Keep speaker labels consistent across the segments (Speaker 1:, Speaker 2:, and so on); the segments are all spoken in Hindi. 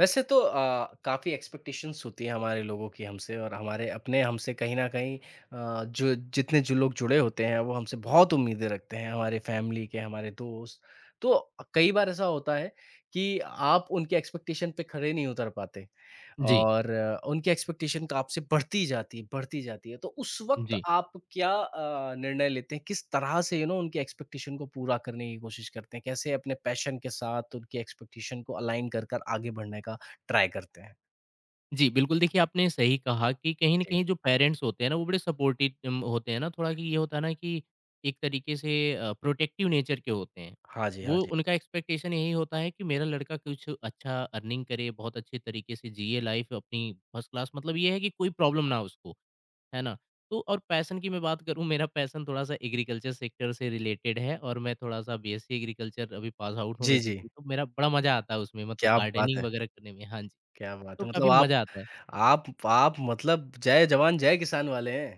Speaker 1: वैसे तो काफ़ी एक्सपेक्टेशंस होती है हमारे लोगों की हमसे और हमारे अपने हमसे कहीं न कहीं जो लोग जुड़े होते हैं वो हमसे बहुत उम्मीदें रखते हैं, हमारे फैमिली के, हमारे दोस्त। तो कई बार ऐसा होता है कि आप उनकी एक्सपेक्टेशन पे खरे नहीं उतर पाते।
Speaker 2: जी,
Speaker 1: और उनकी एक्सपेक्टेशन आपसे बढ़ती जाती है, बढ़ती जाती है। तो उस वक़्त
Speaker 2: जी।
Speaker 1: आप क्या निर्णय लेते हैं? किस तरह से यू नो उनकी एक्सपेक्टेशन को पूरा करने की कोशिश करते हैं? कैसे अपने पैशन के साथ उनकी एक्सपेक्टेशन को अलाइन कर आगे बढ़ने का ट्राई करते हैं?
Speaker 2: जी, बिल्कुल। देखिए, आपने सही कहा कि कहीं न
Speaker 1: जी।
Speaker 2: कहीं जो पेरेंट्स होते हैं ना, वो बड़े सपोर्टिव होते हैं ना, थोड़ा कि ये होता है ना कि एक तरीके से प्रोटेक्टिव नेचर के होते हैं।
Speaker 1: हाँ जी, हाँ
Speaker 2: वो
Speaker 1: जी।
Speaker 2: उनका एक्सपेक्टेशन यही होता है कि मेरा लड़का कुछ अच्छा अर्निंग करे, बहुत अच्छे तरीके से जिए लाइफ़ अपनी फर्स्ट क्लास। मतलब ये है कि कोई प्रॉब्लम ना हो उसको, है ना? तो और पैशन की मैं बात करूँ, मेरा पैशन थोड़ा-सा एग्रीकल्चर सेक्टर से रिलेटेड है और मैं थोड़ा-सा बीएससी एग्रीकल्चर अभी पास आउट हूँ
Speaker 1: जी, जी।
Speaker 2: बेसिकली। तो मेरा बड़ा मज़ा आता है उसमें, मतलब
Speaker 1: क्या बात
Speaker 2: गार्डनिंग
Speaker 1: है!
Speaker 2: वगैरह करने में। हाँ जी।
Speaker 1: क्या बात
Speaker 2: तो
Speaker 1: है! मतलब
Speaker 2: काफ़ी
Speaker 1: आप
Speaker 2: मज़ा आता है।
Speaker 1: आप आप मतलब जय जवान जय किसान वाले हैं।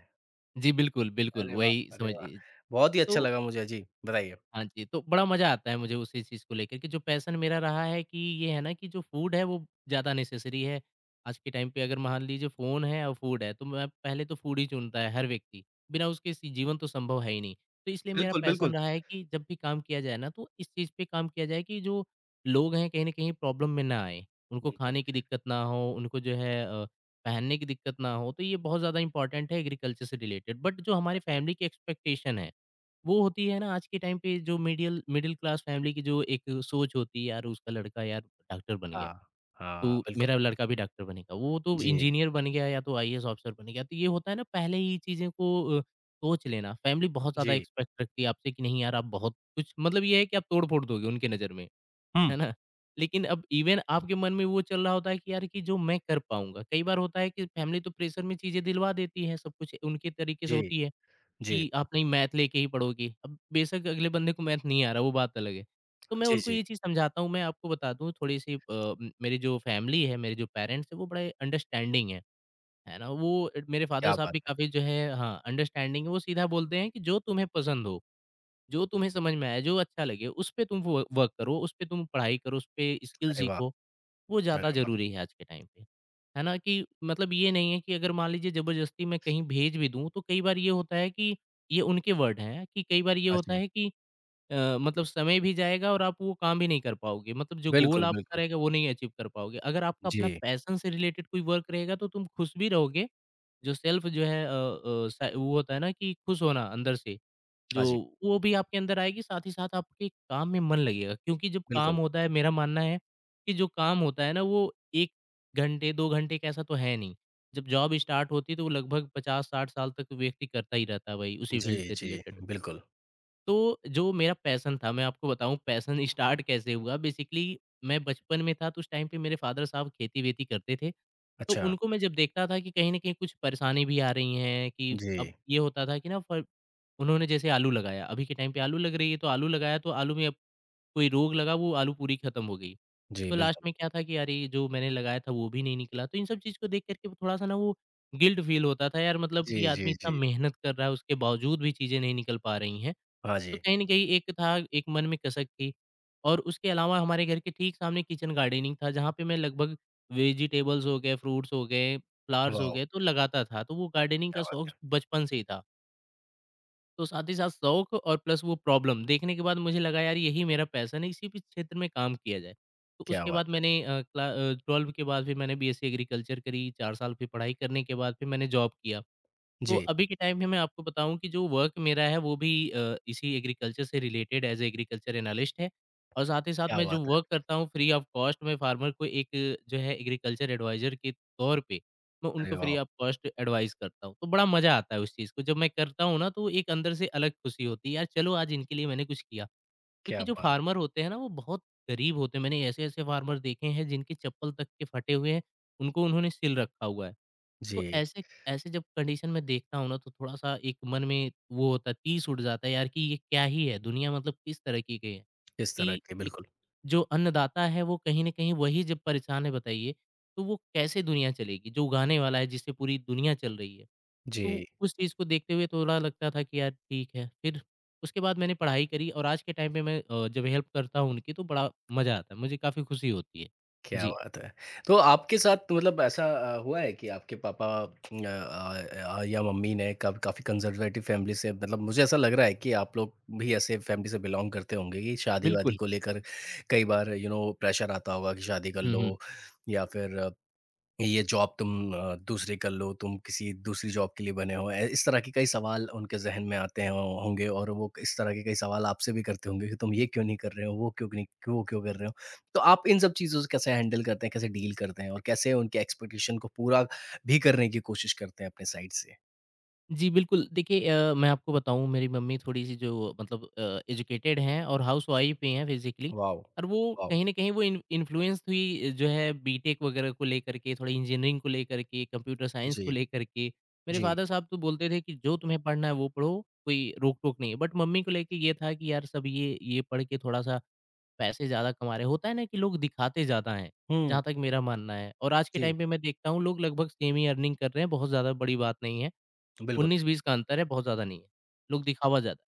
Speaker 2: जी, बिल्कुल, बिल्कुल,
Speaker 1: अरे वाह!
Speaker 2: वही
Speaker 1: अरे
Speaker 2: समझ
Speaker 1: वाह!
Speaker 2: लीजिए।
Speaker 1: बहुत ही अच्छा
Speaker 2: तो
Speaker 1: लगा मुझे। जी, बताइए।
Speaker 2: हाँ जी, तो बड़ा मज़ा आता है मुझे उसी चीज़ को लेकर के, जो पैशन मेरा रहा है, कि ये है ना कि जो फूड है वो ज़्यादा नेसेसरी है। आज के टाइम पे अगर मान लीजिए फ़ोन है और फूड है, तो मैं पहले तो फूड ही चुनता है हर व्यक्ति, बिना उसके सी जीवन तो संभव है ही नहीं। तो इसलिए मेरा
Speaker 1: बिल्कुल, बिल्कुल।
Speaker 2: पैशन रहा है कि जब भी काम किया जाए ना, तो इस चीज़ पे काम किया जाए कि जो लोग हैं कहीं न कहीं प्रॉब्लम में ना आएँ, उनको
Speaker 1: बिल्कुल।
Speaker 2: खाने की दिक्कत ना हो, उनको जो है पहनने की दिक्कत ना हो। तो ये बहुत ज़्यादा इम्पोर्टेंट है एग्रीकल्चर से रिलेटेड। बट जो
Speaker 1: हाँ
Speaker 2: हमारी
Speaker 1: जी।
Speaker 2: फैमिली की एक्सपेक्टेशन है वो होती है ना, आज के टाइम पे जो मिडिल मिडिल क्लास फैमिली की, जो एक सोच होती है यार, उसका लड़का यार डॉक्टर बन गया
Speaker 1: हाँ,
Speaker 2: तो
Speaker 1: हाँ, बिल्कुल।
Speaker 2: मेरा लड़का भी डॉक्टर बनेगा, वो तो
Speaker 1: जी,
Speaker 2: इंजीनियर बन गया या तो आईएएस ऑफिसर बन गया। तो ये होता है ना, पहले ही चीज़ें को सोच लेना। फैमिली बहुत ज़्यादा
Speaker 1: जी।
Speaker 2: एक्सपेक्ट रखती है आपसे कि नहीं यार, आप बहुत कुछ मतलब ये है कि आप तोड़ फोड़ दोगे उनके नज़र में,
Speaker 1: हुँ।
Speaker 2: है ना? लेकिन अब इवन आपके मन में वो चल रहा होता है कि यार, कि जो मैं कर पाऊंगा, कई बार होता है कि फैमिली तो प्रेशर में चीज़ें दिलवा देती है, सब कुछ उनके तरीके से
Speaker 1: जी,
Speaker 2: होती है
Speaker 1: जी,
Speaker 2: कि आप नहीं, मैथ लेके ही पढ़ोगी। अब बेशक अगले बंदे को मैथ नहीं आ रहा, वो बात अलग है। तो मैं
Speaker 1: जी,
Speaker 2: उनको
Speaker 1: जी,
Speaker 2: ये चीज़ समझाता हूँ। मैं आपको बता दूँ थोड़ी-सी म मेरी जो फैमिली है, मेरे जो पेरेंट्स हैं, वो बड़े अंडरस्टैंडिंग हैं, है ना? वो मेरे फादर
Speaker 1: क्या
Speaker 2: साहब
Speaker 1: बात
Speaker 2: भी
Speaker 1: है!
Speaker 2: काफ़ी जो है, हाँ, अंडरस्टैंडिंग है। वो सीधा बोलते हैं कि जो तुम्हें पसंद हो, जो तुम्हें समझ में आए, जो अच्छा लगे, उस पे तुम वो वर्क करो, उस पे तुम पढ़ाई करो, उस पे स्किल
Speaker 1: अरे वाह!
Speaker 2: सीखो। वो
Speaker 1: अरे
Speaker 2: ज़्यादा
Speaker 1: वाह!
Speaker 2: ज़रूरी है आज के टाइम पे, है ना? कि मतलब ये नहीं है कि अगर मान लीजिए ज़बरदस्ती मैं कहीं भेज भी दूँ, तो कई बार ये होता है कि, ये उनके वर्ड हैं कि कई बार ये
Speaker 1: हाँ
Speaker 2: होता
Speaker 1: जी,
Speaker 2: है कि मतलब समय भी जाएगा और आप वो काम भी नहीं कर पाओगे। मतलब जो गोल
Speaker 1: बिल्कुल,
Speaker 2: आपका
Speaker 1: बिल्कुल।
Speaker 2: रहेगा वो नहीं अचीव कर पाओगे। अगर आपका अपना
Speaker 1: जी,
Speaker 2: पैशन से रिलेटेड कोई वर्क रहेगा, तो तुम खुश भी रहोगे। जो सेल्फ जो है अ अ, स वो होता है ना कि खुश होना अंदर से,
Speaker 1: हाँ
Speaker 2: जो
Speaker 1: जी,
Speaker 2: वो भी आपके अंदर आएगी, साथ ही साथ आपके काम में मन लगेगा क्योंकि जब काम
Speaker 1: बिल्कुल।
Speaker 2: होता है, मेरा मानना है कि जो काम होता है ना, वो 1 घंटे, 2 घंटे का ऐसा तो है नहीं। जब जॉब स्टार्ट होती है, तो वो लगभग 50-60 साल तक व्यक्ति करता ही रहता है भाई, उसी
Speaker 1: जी,
Speaker 2: फील्ड से
Speaker 1: जी,
Speaker 2: रिलेटेड।
Speaker 1: बिल्कुल।
Speaker 2: तो जो मेरा पैशन था, मैं आपको बताऊँ, पैशन स्टार्ट कैसे हुआ? बेसिकली मैं बचपन में था तो उस टाइम पे मेरे फादर साहब खेती-वेती करते थे। तो
Speaker 1: अच्छा,
Speaker 2: उनको मैं जब देखता था कि कहीं न कहीं कुछ परेशानी भी आ रही हैं कि, अब
Speaker 1: जी,
Speaker 2: ये होता था कि ना फ उन्होंने जैसे आलू लगाया, अभी के टाइम पे आलू लग रही है, तो आलू लगाया तो आलू में अब कोई रोग लगा, वो आलू पूरी खत्म हो गई।
Speaker 1: जी,
Speaker 2: तो लास्ट
Speaker 1: बिल्कुल।
Speaker 2: में क्या था कि यार, ये जो मैंने लगाया था वो भी नहीं निकला। तो इन सब चीज़ को देख कर के थोड़ा-सा ना, वो गिल्ट फ़ील होता था यार, मतलब
Speaker 1: जी,
Speaker 2: कि
Speaker 1: जी,
Speaker 2: आदमी इतना
Speaker 1: जी,
Speaker 2: मेहनत कर रहा है, उसके बावजूद भी चीज़ें नहीं निकल पा रही हैं।
Speaker 1: हाँ
Speaker 2: तो
Speaker 1: जी,
Speaker 2: कहीं न कहीं एक था, एक मन में कसक थी और उसके अलावा हमारे घर के ठीक सामने किचन गार्डनिंग था, जहाँ पे मैं लगभग वेजिटेबल्स हो गए, फ्रूट्स हो गए, फ्लावर्स हो
Speaker 1: वाओ!
Speaker 2: गए, तो लगाता था। तो वो गार्डनिंग
Speaker 1: क्या
Speaker 2: का
Speaker 1: बात
Speaker 2: शौक
Speaker 1: है!
Speaker 2: बचपन से ही था। तो साथ ही साथ शौक और प्लस वो प्रॉब्लम देखने के बाद मुझे लगा यार, यही मेरा पैशन है, इसी भी क्षेत्र में काम किया जाए। तो
Speaker 1: क्या
Speaker 2: उसके
Speaker 1: बात
Speaker 2: बाद
Speaker 1: है!
Speaker 2: मैंने 12वीं के बाद फिर मैंने बीएससी एग्रीकल्चर करी, 4 साल। फिर पढ़ाई करने के बाद फिर मैंने जॉब किया। तो
Speaker 1: जी,
Speaker 2: अभी के टाइम में मैं आपको बताऊँ कि जो वर्क मेरा है वो भी इसी एग्रीकल्चर से रिलेटेड, एज़ एग्रीकल्चर एनालिस्ट है और साथ ही साथ
Speaker 1: क्या
Speaker 2: मैं जो
Speaker 1: बात
Speaker 2: वर्क
Speaker 1: है!
Speaker 2: करता हूँ फ्री ऑफ कॉस्ट, मैं फार्मर को एक जो है एग्रीकल्चर एडवाइज़र के तौर पे, मैं
Speaker 1: अरे
Speaker 2: उनको
Speaker 1: वाह!
Speaker 2: फ्री ऑफ कॉस्ट एडवाइस करता हूँ। तो बड़ा मज़ा आता है उस चीज़ को जब मैं करता हूँ ना, तो एक अंदर से अलग खुशी होती है यार, चलो आज इनके लिए मैंने कुछ किया।
Speaker 1: क्या
Speaker 2: क्योंकि जो
Speaker 1: बात!
Speaker 2: फार्मर होते हैं ना, वो बहुत गरीब होते हैं। मैंने ऐसे-ऐसे फार्मर देखे हैं जिनके चप्पल तक के फटे हुए हैं, उनको उन्होंने सिल रखा हुआ है। तो
Speaker 1: जी,
Speaker 2: ऐसे ऐसे जब कंडीशन में देखता हूँ ना, तो थोड़ा-सा एक मन में वो होता है, तीस उठ जाता है यार, कि ये क्या ही है? दुनिया मतलब किस तरह की गई है?
Speaker 1: इस तरह
Speaker 2: कि
Speaker 1: के
Speaker 2: एक
Speaker 1: बिल्कुल।
Speaker 2: जो अन्नदाता है, वो कहीं न कहीं वही जब परेशान है, बताइए, तो वो कैसे दुनिया चलेगी? जो उगाने वाला है, जिससे पूरी दुनिया चल रही है।
Speaker 1: जी।
Speaker 2: तो उस चीज़ को देखते हुए थोड़ा लगता था कि यार ठीक है। फिर उसके बाद मैंने पढ़ाई करी और आज के टाइम पे मैं जब हेल्प करता हूँ उनकी, तो बड़ा मज़ा आता है, मुझे काफ़ी खुशी होती है।
Speaker 1: क्या
Speaker 2: जी।
Speaker 1: बात है! तो आपके साथ मतलब ऐसा हुआ है कि आपके पापा या मम्मी ने कब काफ़ी कंज़र्वेटिव फैमिली से मतलब मुझे ऐसा लग रहा है कि आप लोग भी ऐसे फैमिली से बिलॉन्ग करते होंगे कि शादी-वादी
Speaker 2: बिल्कुल।
Speaker 1: को लेकर कई बार यू नो प्रेशर आता होगा कि शादी कर
Speaker 2: हुँ,
Speaker 1: लो या फिर ये जॉब तुम दूसरी कर लो, तुम किसी दूसरी जॉब के लिए बने हो। ए इस तरह के कई सवाल उनके ज़हन में आते हैं हों होंगे और वो इस तरह के कई सवाल आपसे भी करते होंगे कि तुम ये क्यों नहीं कर रहे हो, वो क्यों नहीं वो क्यों कर रहे हो? तो आप इन सब चीज़ों से कैसे हैंडल करते हैं, कैसे डील करते हैं और कैसे उनके एक्सपेक्टेशन को पूरा भी करने की कोशिश करते हैं अपने साइड से?
Speaker 2: जी, बिल्कुल। देखिए मैं आपको बताऊँ, मेरी मम्मी थोड़ी-सी जो मतलब एजुकेटेड हैं और हाउसवाइफ़ भी हैं बेसिकली
Speaker 1: वाओ!
Speaker 2: और वो
Speaker 1: वाओ!
Speaker 2: कहीं न कहीं वो इन इन्फ्लुएंस हुई जो है बीटेक वगैरह को लेकर के, थोड़ा इंजीनियरिंग को लेकर के, कंप्यूटर साइंस को
Speaker 1: जी,
Speaker 2: लेकर के। मेरे
Speaker 1: जी।
Speaker 2: फ़ादर साहब तो बोलते थे कि जो तुम्हें पढ़ना है वो पढ़ो, कोई रोक-टोक नहीं है। बट मम्मी को लेके ये था कि यार, सब ये पढ़ के थोड़ा-सा पैसे ज़्यादा कमा रहे हैं। होता है ना कि लोग दिखाते ज़्यादा हैं,
Speaker 1: हुँ,
Speaker 2: जहाँ तक मेरा मानना है। और आज के
Speaker 1: जी,
Speaker 2: टाइम पे मैं देखता हूँ लोग लगभग सेम ही अर्निंग कर रहे हैं, बहुत ज़्यादा बड़ी बात नहीं है।
Speaker 1: बिल्कुल।
Speaker 2: 19-20 का अंतर है, बहुत ज़्यादा नहीं है। लोग दिखावा ज़्यादा।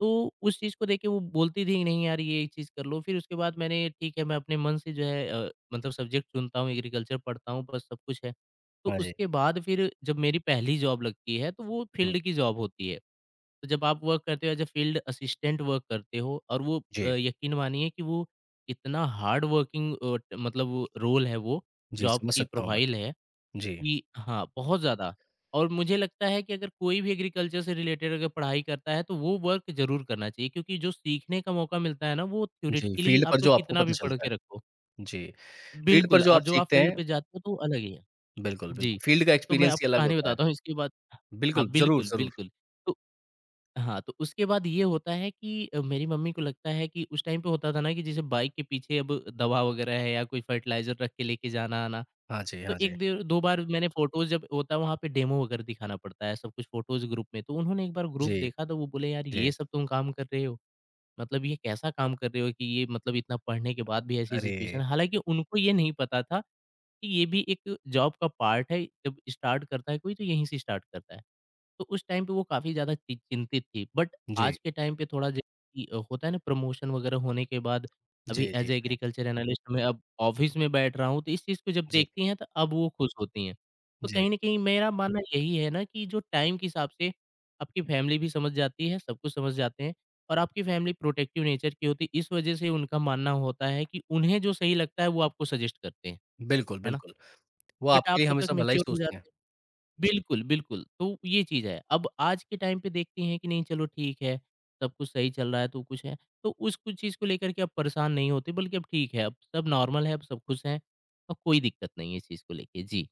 Speaker 2: तो उस चीज़ को देख के वो बोलती थी, "नहीं यार, ये चीज़ कर लो।" फिर उसके बाद मैंने ठीक है, मैं अपने मन से जो है मतलब सब्जेक्ट चुनता हूँ, एग्रीकल्चर पढ़ता हूँ, बस सब कुछ है। तो
Speaker 1: हाँ जी।
Speaker 2: उसके बाद फिर जब मेरी पहली जॉब लगती है, तो वो
Speaker 1: हुँ,
Speaker 2: फील्ड की जॉब होती है। तो जब आप वर्क करते हो as a field assistant work करते हो और वो
Speaker 1: जी,
Speaker 2: यकीन मानिए कि वो इतना हार्ड वर्किंग मतलब रोल है वो,
Speaker 1: जी,
Speaker 2: जॉब
Speaker 1: समझ
Speaker 2: की
Speaker 1: सकता हूँ मैं।
Speaker 2: प्रोफ़ाइल है।
Speaker 1: जी,
Speaker 2: कि हाँ, बहुत ज़्यादा। और मुझे लगता है कि अगर कोई भी एग्रीकल्चर से रिलेटेड अगर पढ़ाई करता है, तो वो वर्क ज़रूर करना चाहिए क्योंकि जो सीखने का मौका मिलता है ना, वो
Speaker 1: जी,
Speaker 2: थ्योरेटिकली
Speaker 1: फ़ील्ड
Speaker 2: आप
Speaker 1: पर
Speaker 2: तो
Speaker 1: जो आपको
Speaker 2: कितना
Speaker 1: पता
Speaker 2: भी पढ़
Speaker 1: चलता है।
Speaker 2: के रखो,
Speaker 1: जी, फ़ील्ड पर
Speaker 2: बिल्कुल।
Speaker 1: जो आप
Speaker 2: और जो आप
Speaker 1: सीखते
Speaker 2: फील्ड
Speaker 1: हैं
Speaker 2: पे जाते हो, तो वो अलग ही है।
Speaker 1: बिल्कुल, बिल्कुल,
Speaker 2: जी,
Speaker 1: फ़ील्ड का
Speaker 2: तो मैं
Speaker 1: एक्सपीरियंस ही
Speaker 2: आपको
Speaker 1: अलग
Speaker 2: कहानी
Speaker 1: होता है।
Speaker 2: बताता हूँ इसके बाद।
Speaker 1: बिल्कुल,
Speaker 2: हाँ,
Speaker 1: ज़रूर,
Speaker 2: बिल्कुल,
Speaker 1: ज़रूर।
Speaker 2: बिल्कुल। तो हाँ, तो उसके बाद ये होता है कि मेरी मम्मी को लगता है कि उस टाइम पे होता था ना कि जैसे बाइक के पीछे अब दवा वगैरह है या कोई फर्टिलाइज़र रख के लेके जाना-आना।
Speaker 1: हाँ जी,
Speaker 2: तो
Speaker 1: हाँ जी।
Speaker 2: 1 डेढ़ 2 बार मैंने फ़ोटोज़, जब होता है वहाँ पे डेमो वगैरह दिखाना पड़ता है, सब कुछ फ़ोटोज़ ग्रुप में। तो उन्होंने एक बार ग्रुप
Speaker 1: जी,
Speaker 2: देखा तो वो बोले, "यार
Speaker 1: जी।
Speaker 2: ये सब तुम काम कर रहे हो? मतलब ये कैसा काम कर रहे हो कि ये मतलब इतना पढ़ने के बाद भी ऐसी सिचुएशन।"
Speaker 1: अरे!
Speaker 2: हालाँकि उनको ये नहीं पता था कि ये भी एक जॉब का पार्ट है, जब स्टार्ट करता है कोई तो यहीं से स्टार्ट करता है। तो उस टाइम पे वो काफ़ी ज़्यादा चि चिंतित थी। बट
Speaker 1: जी।
Speaker 2: आज के टाइम पे थोड़ा ज कि होता है ना प्रमोशन वगैरह होने के बाद अभी
Speaker 1: जी, जी,
Speaker 2: एज़ ए
Speaker 1: जी।
Speaker 2: एग्रीकल्चर एनालिस्ट मैं अब ऑफ़िस में बैठ रहा हूँ, तो इस चीज़ को जब
Speaker 1: जी,
Speaker 2: देखती हैं तो अब वो खुश होती हैं। तो
Speaker 1: जी।
Speaker 2: कहीं न कहीं मेरा मानना यही है ना कि जो टाइम के हिसाब से आपकी फैमिली भी समझ जाती है, सब कुछ समझ जाते हैं और आपकी फैमिली प्रोटेक्टिव नेचर की होती है। इस वजह से उनका मानना होता है कि उन्हें जो सही लगता है वो आपको सजेस्ट करते हैं,
Speaker 1: बिल्कुल,
Speaker 2: है ना?
Speaker 1: बिल्कुल। वो
Speaker 2: बट
Speaker 1: आपके
Speaker 2: आप
Speaker 1: लिए
Speaker 2: तब तक
Speaker 1: हमेशा भला ही
Speaker 2: मैच्योर हो
Speaker 1: सोचते हैं।
Speaker 2: जाते हैं। बिल्कुल, बिल्कुल, तो ये चीज़ है। अब आज के टाइम पे देखती हैं कि नहीं चलो ठीक है, सब कुछ सही चल रहा है तो कुछ है, तो उस कुछ चीज़ को लेकर के अब परेशान नहीं होते बल्कि अब ठीक है, अब सब नॉर्मल है, अब सब खुश हैं, अब कोई दिक्कत नहीं है इस चीज़ को लेके। जी।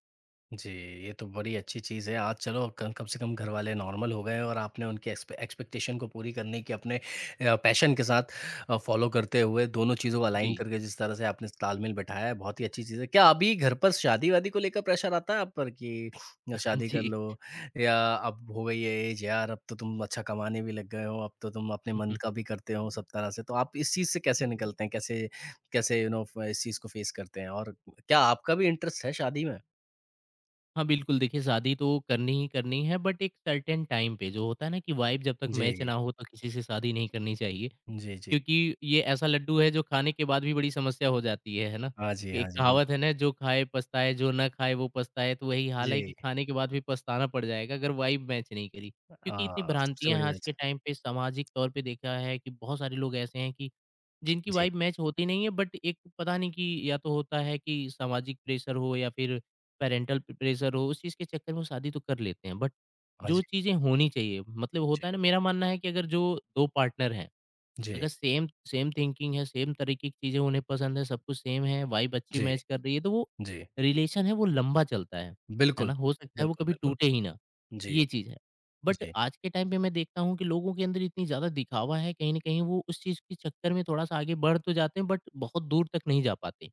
Speaker 1: जी, ये तो बड़ी अच्छी चीज़ है। आज चलो कम कम से कम घरवाले नॉर्मल हो गए हैं और आपने उनकी एक्सपेक्टेशन को पूरी करने की अपने पैशन के साथ फ़ॉलो करते हुए दोनों चीज़ों को अलाइन
Speaker 2: जी।
Speaker 1: करके जिस तरह से आपने तालमेल बैठाया है, बहुत ही अच्छी चीज़ है। क्या अभी घर पर शादी-वादी को लेकर प्रेशर आता है आप पर कि या
Speaker 2: हाँ
Speaker 1: शादी कर
Speaker 2: जी।
Speaker 1: लो या अब हो गई है ऐज यार, अब तो तुम अच्छा कमाने भी लग गए हो, अब तो तुम अपने
Speaker 2: हुँ,
Speaker 1: मन
Speaker 2: हुँ।
Speaker 1: का भी करते हो सब तरह से। तो आप इस चीज़ से कैसे निकलते हैं? कैसे कैसे यू नो फ इस चीज़ को फ़ेस करते हैं? और क्या आपका भी इंटरेस्ट है शादी में?
Speaker 2: हाँ, बिल्कुल देखिए शादी तो करनी ही करनी है बट एक सर्टेन टाइम पे जो होता है ना कि वाइब जब तक मैच
Speaker 1: जी।
Speaker 2: ना हो तो किसी से शादी नहीं करनी चाहिए।
Speaker 1: जी, जी।
Speaker 2: क्योंकि ये ऐसा लड्डू है जो खाने के बाद भी बड़ी समस्या हो जाती है ना?
Speaker 1: हाँ जी, हाँ
Speaker 2: एक
Speaker 1: जी,
Speaker 2: कहावत है
Speaker 1: बिल्कुल।
Speaker 2: ना जो खाए पछताए, जो ना खाए वो पछताए, तो वही हाल है कि
Speaker 1: जी,
Speaker 2: खाने के बाद भी पछताना पड़ जाएगा अगर वाइब मैच नहीं करी। क्योंकि इतनी
Speaker 1: हाँ, सबसे
Speaker 2: भ्रांतियाँ
Speaker 1: बढ़िया
Speaker 2: आज
Speaker 1: च
Speaker 2: के टाइम पे सामाजिक तौर पे देखा है कि बहुत सारे लोग ऐसे हैं कि जिनकी
Speaker 1: जी।
Speaker 2: वाइब मैच होती नहीं है बट एक पता नहीं कि या तो होता है कि सामाजिक प्रेशर हो या फिर पैरेंटल प प्रेशर हो, उस चीज़ के चक्कर में वो शादी तो कर लेते हैं बट
Speaker 1: हाँ जी,
Speaker 2: जो चीज़ें होनी चाहिए मतलब
Speaker 1: जी,
Speaker 2: होता है ना मेरा मानना है कि अगर जो 2 पार्टनर हैं
Speaker 1: जी,
Speaker 2: अगर सेम सेम थिंकिंग है, सेम तरीके की चीज़ें उन्हें पसंद है, सब कुछ सेम है, वाइब अच्छी
Speaker 1: जी,
Speaker 2: मैच कर रही है, तो वो
Speaker 1: जी।
Speaker 2: रिलेशन है वो लंबा चलता है
Speaker 1: बिल्कुल,
Speaker 2: ना? हो सकता है वो
Speaker 1: बिल्कुल,
Speaker 2: कभी
Speaker 1: बिल्कुल।
Speaker 2: टूटे ही ना,
Speaker 1: जी,
Speaker 2: ये चीज़ है। बट
Speaker 1: जी।
Speaker 2: आज के टाइम पे मैं देखता हूँ कि लोगों के अंदर इतनी ज़्यादा दिखावा है, कहीं न कहीं वो उस चीज़ के चक्कर में थोड़ा-सा आगे बढ़ तो जाते हैं बट बहुत दूर तक नहीं जा पाते,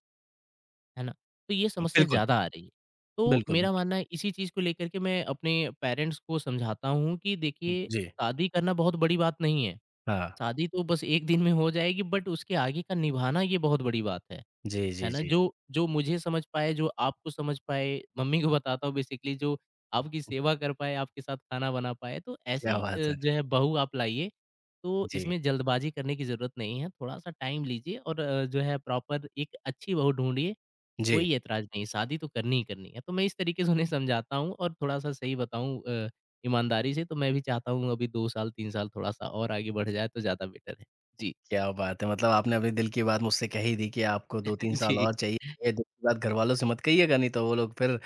Speaker 2: है ना? तो ये समस्या
Speaker 1: बिल्कुल,
Speaker 2: ज़्यादा आ रही है। तो
Speaker 1: बिल्कुल,
Speaker 2: मेरा
Speaker 1: बिल्कुल।
Speaker 2: मानना है इसी चीज़ को लेकर के मैं अपने पेरेंट्स को समझाता हूँ कि देखिए,
Speaker 1: जी,
Speaker 2: शादी करना बहुत बड़ी बात नहीं है।
Speaker 1: हाँ।
Speaker 2: शादी तो बस 1 दिन में हो जाएगी बट उसके आगे का निभाना ये बहुत बड़ी बात
Speaker 1: जी, जी,
Speaker 2: है ना?
Speaker 1: जी।
Speaker 2: जो जो मुझे समझ पाए, जो आपको समझ पाए, मम्मी को बताता हूँ बेसिकली जो आपकी सेवा कर पाए, आपके साथ खाना बना पाए, तो
Speaker 1: क्या
Speaker 2: ऐसी
Speaker 1: बात है!
Speaker 2: जो है बहू आप लाइए। तो
Speaker 1: जी,
Speaker 2: इसमें जल्दबाज़ी करने की ज़रूरत नहीं है, थोड़ा-सा टाइम लीजिए और जो है प्रॉपर एक अच्छी बहू ढूँढिए
Speaker 1: जी।
Speaker 2: कोई ऐतराज़ नहीं, शादी तो करनी ही करनी है। तो मैं इस तरीके से उन्हें समझाता हूँ और थोड़ा-सा सही बताऊँ ईमानदारी से तो मैं भी चाहता हूँ अभी 2 साल 3 साल थोड़ा-सा और आगे बढ़ जाए तो ज़्यादा बेटर है। जी,
Speaker 1: क्या बात है! मतलब आपने अपने दिल की बात मुझसे कह ही दी कि आपको 2-3 साल
Speaker 2: जी।
Speaker 1: और चाहिए। ये दिल की बात घरवालों से मत कहिएगा नहीं तो वो लोग फिर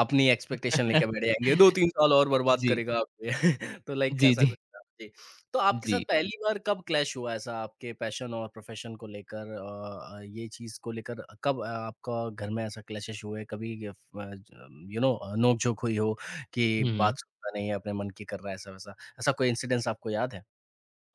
Speaker 1: अपनी एक्सपेक्टेशन लेके बैठ जाएँगे, 2-3 साल और बर्बाद
Speaker 2: जी,
Speaker 1: करेगा आप ये। तो लाइक
Speaker 2: जी,
Speaker 1: ऐसा
Speaker 2: जी,
Speaker 1: कुछ था? जी। तो आपके साथ
Speaker 2: जी।
Speaker 1: पहली बार कब क्लैश हुआ ऐसा आपके पैशन और प्रोफ़ेशन को लेकर ये चीज़ को लेकर कब आपका घर में ऐसा क्लैशेज़ हुए? कभी ग फ ज यू नो नोक-झोंक हुई हो कि
Speaker 2: हुँ, हुँ।
Speaker 1: बात सुनता नहीं है, अपने मन की कर रहा है ऐसा-वैसा? ऐसा कोई इंसिडेंस आपको याद है?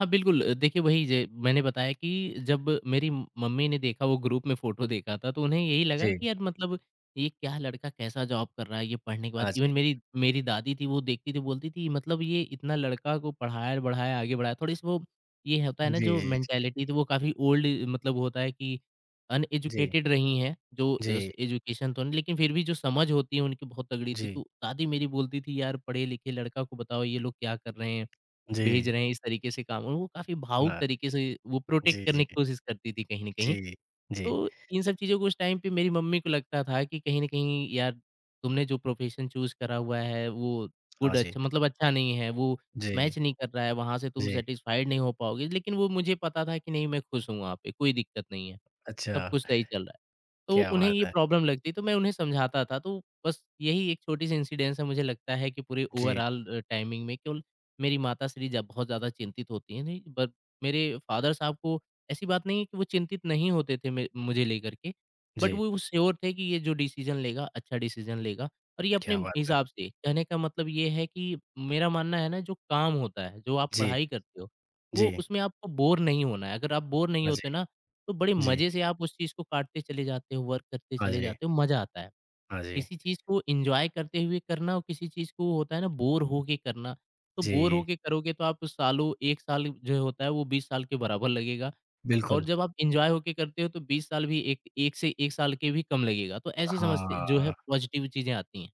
Speaker 2: हाँ, बिल्कुल। देखिए वही जे मैंने बताया कि जब मेरी मम्मी ने देखा वो ग्रुप में फ़ोटो देखा था तो उन्हें यही लगा
Speaker 1: जी।
Speaker 2: कि यार मतलब ये क्या लड़का कैसा जॉब कर रहा है ये पढ़ने के
Speaker 1: हाँ
Speaker 2: बाद।
Speaker 1: जी।
Speaker 2: इवन मेरी मेरी दादी थी वो देखती थी बोलती थी मतलब ये इतना लड़का को पढ़ाया-बढ़ाया आगे बढ़ाया। थोड़ी-सी वो ये होता है ना जो
Speaker 1: जी।
Speaker 2: मेंटालिटी थी वो काफ़ी ओल्ड मतलब होता है कि
Speaker 1: जी,
Speaker 2: अनएजुकेटेड रही हैं जो एस
Speaker 1: जी,
Speaker 2: एजुकेशन तो नहीं लेकिन फिर भी जो समझ होती है उनकी बहुत तगड़ी थी।
Speaker 1: जी,
Speaker 2: तो दादी मेरी बोलती थी यार पढ़े-लिखे लड़का को बताओ ये लोग क्या कर रहे हैं।
Speaker 1: जी,
Speaker 2: भेज रहे हैं इस तरीके से काम और वो काफ़ी भावुक
Speaker 1: हाँ,
Speaker 2: तरीके से वो प्रोटेक्ट
Speaker 1: जी, जी,
Speaker 2: करने की कोशिश करती थी कहीं न कहीं।
Speaker 1: जी, जी,
Speaker 2: तो इन सब चीज़ों को उस टाइम पे मेरी मम्मी को लगता था कि कहीं न कहीं यार तुमने जो प्रोफ़ेशन चूज़ करा हुआ है वो
Speaker 1: हाँ
Speaker 2: गुड
Speaker 1: जी,
Speaker 2: अच्छा मतलब अच्छा नहीं है, वो
Speaker 1: जी,
Speaker 2: मैच नहीं कर रहा है, वहाँ से तुम
Speaker 1: जी,
Speaker 2: सैटिस्फाइड नहीं हो पाओगे। लेकिन वो मुझे पता था कि नहीं मैं खुश हूँ वहाँ पे, कोई दिक्कत नहीं है।
Speaker 1: अच्छा,
Speaker 2: सब कुछ सही चल रहा है। तो
Speaker 1: क्या
Speaker 2: उन्हें
Speaker 1: बात
Speaker 2: ये
Speaker 1: है!
Speaker 2: प्रॉब्लम लगती, तो मैं उन्हें समझाता था, तो बस यही एक छोटी-सी इंसिडेंस है मुझे लगता है कि पूरे
Speaker 1: जी,
Speaker 2: ओवरऑल टाइमिंग में केवल मेरी माताश्री जब बहुत ज़्यादा चिंतित होती हैं, नहीं बट मेरे फादर साहब को ऐसी बात नहीं है कि वो चिंतित नहीं होते थे मे मुझे लेकर के, बट
Speaker 1: जी,
Speaker 2: वो श्योर थे कि ये जो डिसीज़न लेगा, अच्छा डिसीज़न लेगा और ये अपने
Speaker 1: क्या बात है!
Speaker 2: हिसाब से। कहने का मतलब ये है कि मेरा मानना है ना जो काम होता है, जो आप
Speaker 1: जी,
Speaker 2: पढ़ाई करते हो, वो
Speaker 1: जी,
Speaker 2: उसमें आपको बोर नहीं होना है। अगर आप बोर नहीं
Speaker 1: हाँ जी,
Speaker 2: होते ना तो बड़े
Speaker 1: जी,
Speaker 2: मज़े से आप उस चीज़ को काटते चले जाते हो, वर्क करते
Speaker 1: हाँ
Speaker 2: चले
Speaker 1: जी,
Speaker 2: जाते हो, मज़ा आता है।
Speaker 1: हाँ जी,
Speaker 2: किसी चीज़ को एन्जॉय करते हुए करना और किसी चीज़ को होता है ना बोर होके करना, तो बोर
Speaker 1: जी,
Speaker 2: होके करोगे तो आप सालों 1 साल जो होता है वो 20 साल के बराबर लगेगा और
Speaker 1: बिल्कुल,
Speaker 2: जब आप एन्जॉय होके करते हो तो 20 साल भी एक 1 से 1 साल के भी कम लगेगा। तो ऐसी समस्या जो है
Speaker 1: हाँ,
Speaker 2: पॉज़िटिव चीज़ें आती हैं,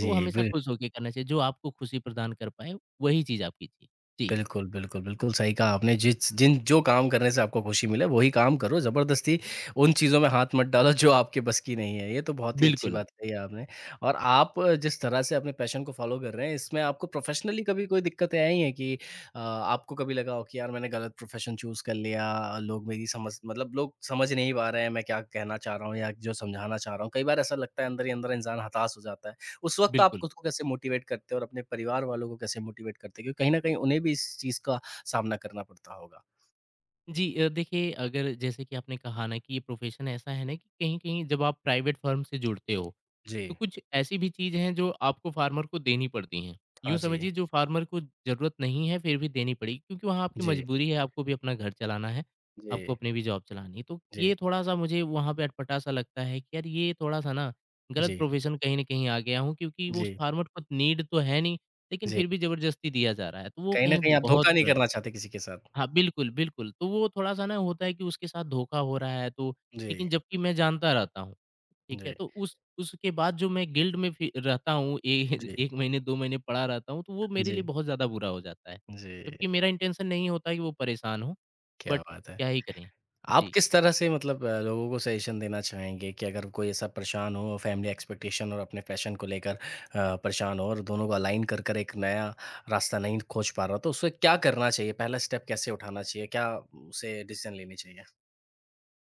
Speaker 2: तो हमेशा खुश होके करना चाहिए, जो आपको खुशी प्रदान कर पाए वही चीज़ आप कीजिए। जी,
Speaker 1: बिल्कुल, बिल्कुल, बिल्कुल सही कहा आपने जिस जिन जो काम करने से आपको खुशी मिले वही काम करो, ज़बरदस्ती उन चीज़ों में हाथ मत डालो जो आपके बस की नहीं है। ये तो बहुत ही अच्छी
Speaker 2: बिल्कुल,
Speaker 1: बात कही आपने और आप जिस तरह से अपने पैशन को फ़ॉलो कर रहे हैं इसमें आपको प्रोफ़ेशनली कभी कोई दिक्कतें आई हैं कि आपको कभी लगा हो कि यार मैंने गलत प्रोफ़ेशन चूज़ कर लिया, लोग समझ नहीं पा रहे हैं मैं क्या कहना चाह रहा हूँ या जो समझाना चाह रहा हूँ। कई बार ऐसा लगता है अंदर ही अंदर इंसान हताश हो जाता है। उस वक़्त आप
Speaker 2: बिल्कुल।
Speaker 1: खुद को कैसे मोटिवेट करते हो और अपने परिवार वालों को कैसे मोटिवेट करते हो? क्योंकि कहीं न कहीं उन्हें भी इस चीज़ का सामना करना पड़ता होगा।
Speaker 2: जी देखिए अगर जैसे कि आपने कहा ना कि ये प्रोफेशन ऐसा है ना कि कहीं कहीं जब आप प्राइवेट फर्म से जुड़ते हो
Speaker 1: जी।
Speaker 2: तो कुछ ऐसी भी चीज़ हैं जो आपको फार्मर को देनी पड़ती हैं
Speaker 1: हाँ
Speaker 2: यूँ
Speaker 1: जी।
Speaker 2: समझिए जो फार्मर को ज़रूरत नहीं है फिर भी देनी पड़ी क्योंकि वहाँ आपकी
Speaker 1: जी,
Speaker 2: मजबूरी है आपको भी अपना घर चलाना है आपको
Speaker 1: जी,
Speaker 2: अपनी भी जॉब चलानी है तो
Speaker 1: जी,
Speaker 2: ये थोड़ा सा मुझे वहाँ पे अटपटा सा लगता है कि यार ये थोड़ा सा ना गलत
Speaker 1: जी,
Speaker 2: प्रोफेशन कहीं ना कहीं आ गया हूँ क्योंकि वो उस
Speaker 1: जी,
Speaker 2: फार्मर को नीड तो है नहीं लेकिन
Speaker 1: जी।
Speaker 2: फिर भी ज़बरदस्ती दिया जा रहा है तो वो
Speaker 1: कहीं न
Speaker 2: कहीं
Speaker 1: कहीं आप
Speaker 2: बहुत
Speaker 1: धोखा नहीं
Speaker 2: बुरा लगता
Speaker 1: करना
Speaker 2: है।
Speaker 1: चाहते किसी के साथ।
Speaker 2: हाँ, बिल्कुल, बिल्कुल। तो वो थोड़ा-सा ना होता है कि उसके साथ धोखा हो रहा है तो
Speaker 1: जी,
Speaker 2: लेकिन जबकि मैं जानता रहता हूँ, ठीक है?
Speaker 1: जी,
Speaker 2: तो उस उसके बाद जो मैं गिल्ड में फि रहता हूँ ए
Speaker 1: जी,
Speaker 2: 1 महीने, 2 महीने पड़ा रहता हूँ, तो वो मेरे लिए
Speaker 1: जी,
Speaker 2: बहुत ज़्यादा बुरा हो जाता है।
Speaker 1: जी।
Speaker 2: जबकि मेरा इंटेंशन नहीं होता है कि वो परेशान हो,
Speaker 1: क्या
Speaker 2: बट
Speaker 1: बात है।
Speaker 2: क्या ही करें?
Speaker 1: आप
Speaker 2: जी।
Speaker 1: किस तरह से मतलब लोगों को सजेशन देना चाहेंगे कि अगर कोई ऐसा परेशान हो, फैमिली एक्सपेक्टेशन और अपने पैशन को लेकर परेशान हो और दोनों को अलाइन कर कर एक नया रास्ता नहीं खोज पा रहा, तो उसे क्या करना चाहिए? पहला स्टेप कैसे उठाना चाहिए? क्या उसे डिसीज़न लेनी चाहिए?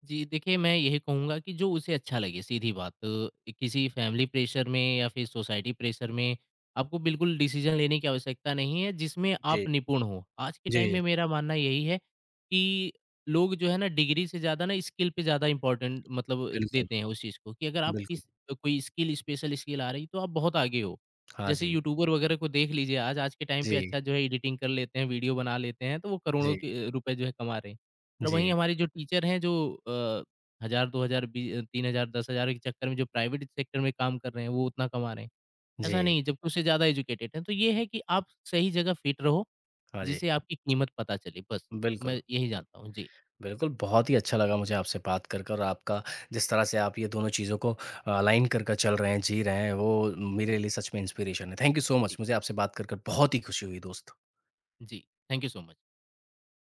Speaker 2: जी, देखिए मैं यही कहूँगा कि जो उसे अच्छा लगे, सीधी बात। किसी फैमिली प्रेशर में या फिर सोसाइटी प्रेशर में आपको बिल्कुल डिसीज़न लेने की आवश्यकता नहीं है, जिसमें
Speaker 1: जी,
Speaker 2: आप निपुण हो। आज के टाइम
Speaker 1: जी,
Speaker 2: में मेरा मानना यही है कि लोग जो है ना डिग्री से ज़्यादा ना स्किल पे ज़्यादा इम्पोर्टेंट मतलब
Speaker 1: बिल्कुल,
Speaker 2: देते हैं उस चीज़ को कि अगर आप
Speaker 1: बिल्कुल।
Speaker 2: किस कोई स्किल स्पेशल स्किल आ रही है, तो आप बहुत आगे हो।
Speaker 1: हाँ
Speaker 2: जैसे
Speaker 1: जी।
Speaker 2: यूट्यूबर वगैरह को देख लीजिए आज, आज के टाइम पे
Speaker 1: जी,
Speaker 2: अच्छा जो है एडिटिंग कर लेते हैं, वीडियो बना लेते हैं, तो वो करोड़ों
Speaker 1: जी,
Speaker 2: के रुपए जो है कमा रहे हैं। और वहीं
Speaker 1: जी,
Speaker 2: हमारे जो टीचर हैं जो अ, 1000 2000 3000 10,000 के चक्कर में जो प्राइवेट सेक्टर में काम कर रहे हैं, वो उतना कमा रहे हैं।
Speaker 1: जी।
Speaker 2: ऐसा नहीं है, जबकि उससे ज़्यादा एजुकेटेड हैं। तो ये है कि आप सही जगह फिट रहो,
Speaker 1: हाँ जी,
Speaker 2: जिससे आपकी कीमत पता चले। बस,
Speaker 1: बिल्कुल,
Speaker 2: मैं यही
Speaker 1: बिल्कुल।
Speaker 2: जानता हूँ। जी,
Speaker 1: बिल्कुल, बहुत ही अच्छा लगा मुझे आपसे बात कर कर और आपका जिस तरह से आप ये दोनों चीज़ों को अलाइन कर कर चल रहे हैं, जी रहे हैं, वो मेरे लिए सच में इंस्पिरेशन है। Thank you so much.
Speaker 2: जी,
Speaker 1: मुझे आपसे बात कर कर बहुत ही खुशी हुई दोस्त।
Speaker 2: जी। Thank you so much.